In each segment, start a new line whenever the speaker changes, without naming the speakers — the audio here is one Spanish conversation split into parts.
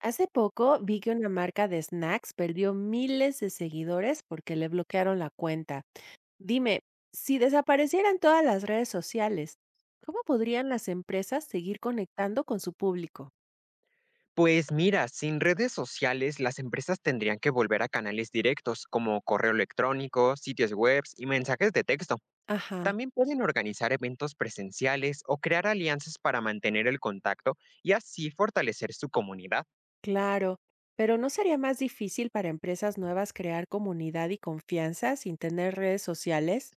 Hace poco vi que una marca de snacks perdió miles de seguidores porque le bloquearon la cuenta. Dime, si desaparecieran todas las redes sociales, ¿cómo podrían las empresas seguir conectando con su público?
Pues mira, sin redes sociales, las empresas tendrían que volver a canales directos como correo electrónico, sitios web y mensajes de texto.
Ajá,
También pueden organizar eventos presenciales o crear alianzas para mantener el contacto y así fortalecer su comunidad.
claro. Pero ¿no sería más difícil para empresas nuevas crear comunidad y confianza sin tener redes sociales?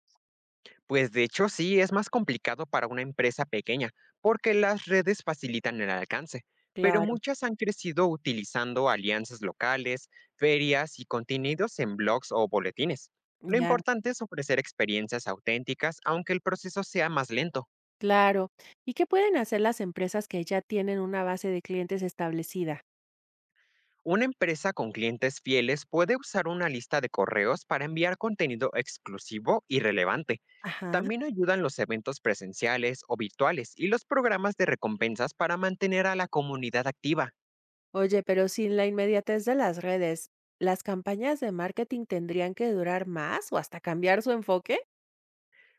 Pues de hecho sí es más complicado para una empresa pequeña, porque las redes facilitan el alcance, pero
Claro,
muchas han crecido utilizando alianzas locales, ferias y contenidos en blogs o boletines. Lo
ya,
importante es ofrecer experiencias auténticas, aunque el proceso sea más lento.
claro. ¿Y qué pueden hacer las empresas que ya tienen una base de clientes establecida?
Una empresa con clientes fieles puede usar una lista de correos para enviar contenido exclusivo y relevante.
Ajá.
También ayudan los eventos presenciales o virtuales y los programas de recompensas para mantener a la comunidad activa.
Oye, pero sin la inmediatez de las redes, ¿las campañas de marketing tendrían que durar más o hasta cambiar su enfoque?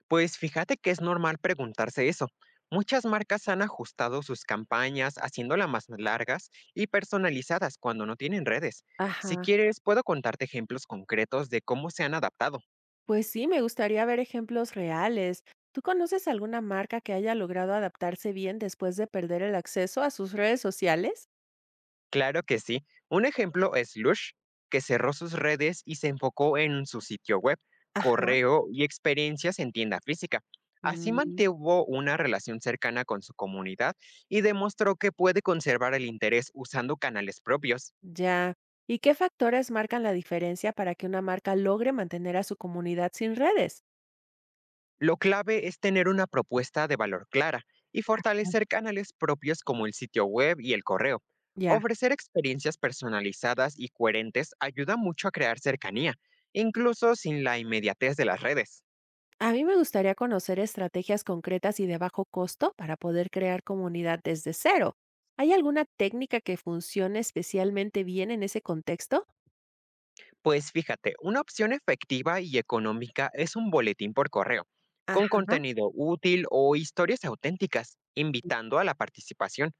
Pues fíjate que es normal preguntarse eso. Muchas marcas han ajustado sus campañas haciéndolas más largas y personalizadas cuando no tienen redes. Si
Ajá.
quieres, puedo contarte ejemplos concretos de cómo se han adaptado.
Pues sí, me gustaría ver ejemplos reales. ¿Tú conoces alguna marca que haya logrado adaptarse bien después de perder el acceso a sus redes sociales?
Claro que sí. Un ejemplo es Lush, que cerró sus redes y se enfocó en su sitio web,
Ajá.
correo y experiencias en tienda física. Así
Mm,
mantuvo una relación cercana con su comunidad y demostró que puede conservar el interés usando canales propios.
ya. ¿Y qué factores marcan la diferencia para que una marca logre mantener a su comunidad sin redes?
Lo clave es tener una propuesta de valor clara y fortalecer canales propios como el sitio web y el correo.
Ya.
Ofrecer experiencias personalizadas y coherentes ayuda mucho a crear cercanía, incluso sin la inmediatez de las redes.
A mí me gustaría conocer estrategias concretas y de bajo costo para poder crear comunidad desde cero. ¿Hay alguna técnica que funcione especialmente bien en ese contexto?
Pues fíjate, una opción efectiva y económica es un boletín por correo, con
Ajá.
contenido útil o historias auténticas, invitando a la participación.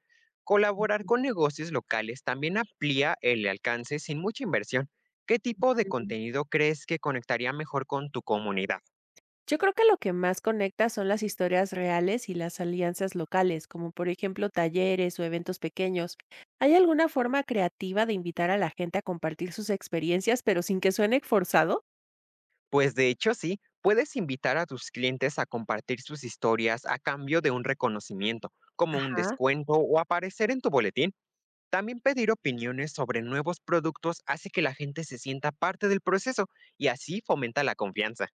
Colaborar con negocios locales también amplía el alcance sin mucha inversión. ¿Qué tipo de
Mm.
contenido crees que conectaría mejor con tu comunidad?
Yo creo que lo que más conecta son las historias reales y las alianzas locales, como por ejemplo talleres o eventos pequeños. ¿Hay alguna forma creativa de invitar a la gente a compartir sus experiencias, pero sin que suene forzado?
Pues de hecho sí, puedes invitar a tus clientes a compartir sus historias a cambio de un reconocimiento, como un
Ajá.
descuento o aparecer en tu boletín. También pedir opiniones sobre nuevos productos hace que la gente se sienta parte del proceso y así fomenta la confianza.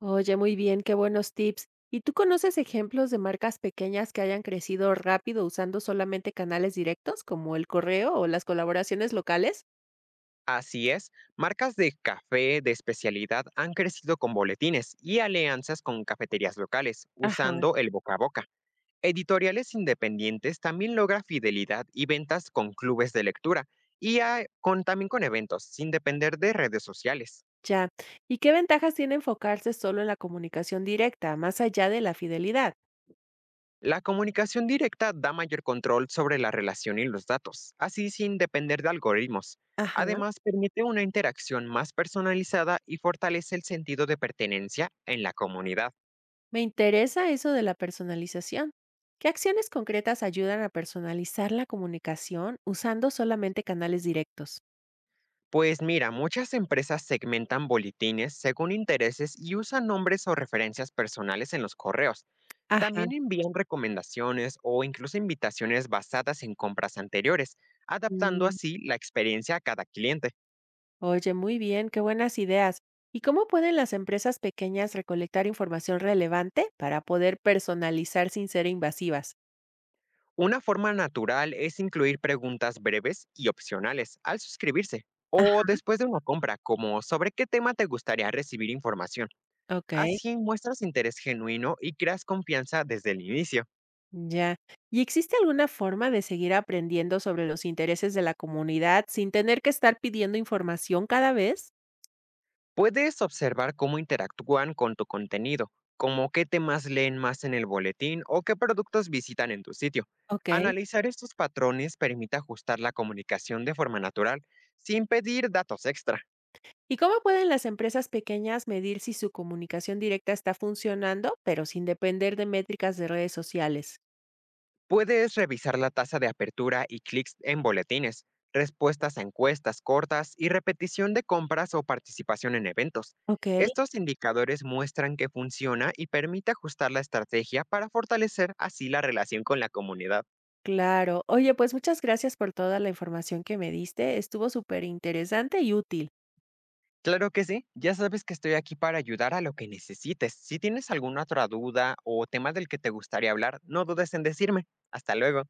Oye, muy bien, qué buenos tips. ¿Y tú conoces ejemplos de marcas pequeñas que hayan crecido rápido usando solamente canales directos, como el correo o las colaboraciones locales?
Así es, marcas de café de especialidad han crecido con boletines y alianzas con cafeterías locales,
Ajá.
usando el boca a boca. Editoriales independientes también logran fidelidad y ventas con clubes de lectura y también con eventos, sin depender de redes sociales.
Ya. ¿Y qué ventajas tiene enfocarse solo en la comunicación directa, más allá de la fidelidad?
La comunicación directa da mayor control sobre la relación y los datos, así sin depender de algoritmos.
Ajá.
Además, permite una interacción más personalizada y fortalece el sentido de pertenencia en la comunidad.
Me interesa eso de la personalización. ¿Qué acciones concretas ayudan a personalizar la comunicación usando solamente canales directos?
Pues mira, muchas empresas segmentan boletines según intereses y usan nombres o referencias personales en los correos.
Ajá.
También envían recomendaciones o incluso invitaciones basadas en compras anteriores, adaptando
Mm,
así la experiencia a cada cliente.
oye, muy bien, qué buenas ideas. ¿Y cómo pueden las empresas pequeñas recolectar información relevante para poder personalizar sin ser invasivas?
Una forma natural es incluir preguntas breves y opcionales al suscribirse o
Ajá.
después de una compra, como sobre qué tema te gustaría recibir información.
Ok,
Así muestras interés genuino y creas confianza desde el inicio.
ya. ¿Y existe alguna forma de seguir aprendiendo sobre los intereses de la comunidad sin tener que estar pidiendo información cada vez?
Puedes observar cómo interactúan con tu contenido, como qué temas leen más en el boletín o qué productos visitan en tu sitio.
Ok.
Analizar estos patrones permite ajustar la comunicación de forma natural, sin pedir datos extra.
¿Y cómo pueden las empresas pequeñas medir si su comunicación directa está funcionando, pero sin depender de métricas de redes sociales?
Puedes revisar la tasa de apertura y clics en boletines, respuestas a encuestas cortas y repetición de compras o participación en eventos.
Ok.
Estos indicadores muestran que funciona y permite ajustar la estrategia para fortalecer así la relación con la comunidad.
Claro. Oye, pues muchas gracias por toda la información que me diste. Estuvo súper interesante y útil.
Claro que sí, ya sabes que estoy aquí para ayudar a lo que necesites. Si tienes alguna otra duda o tema del que te gustaría hablar, no dudes en decirme. Hasta luego.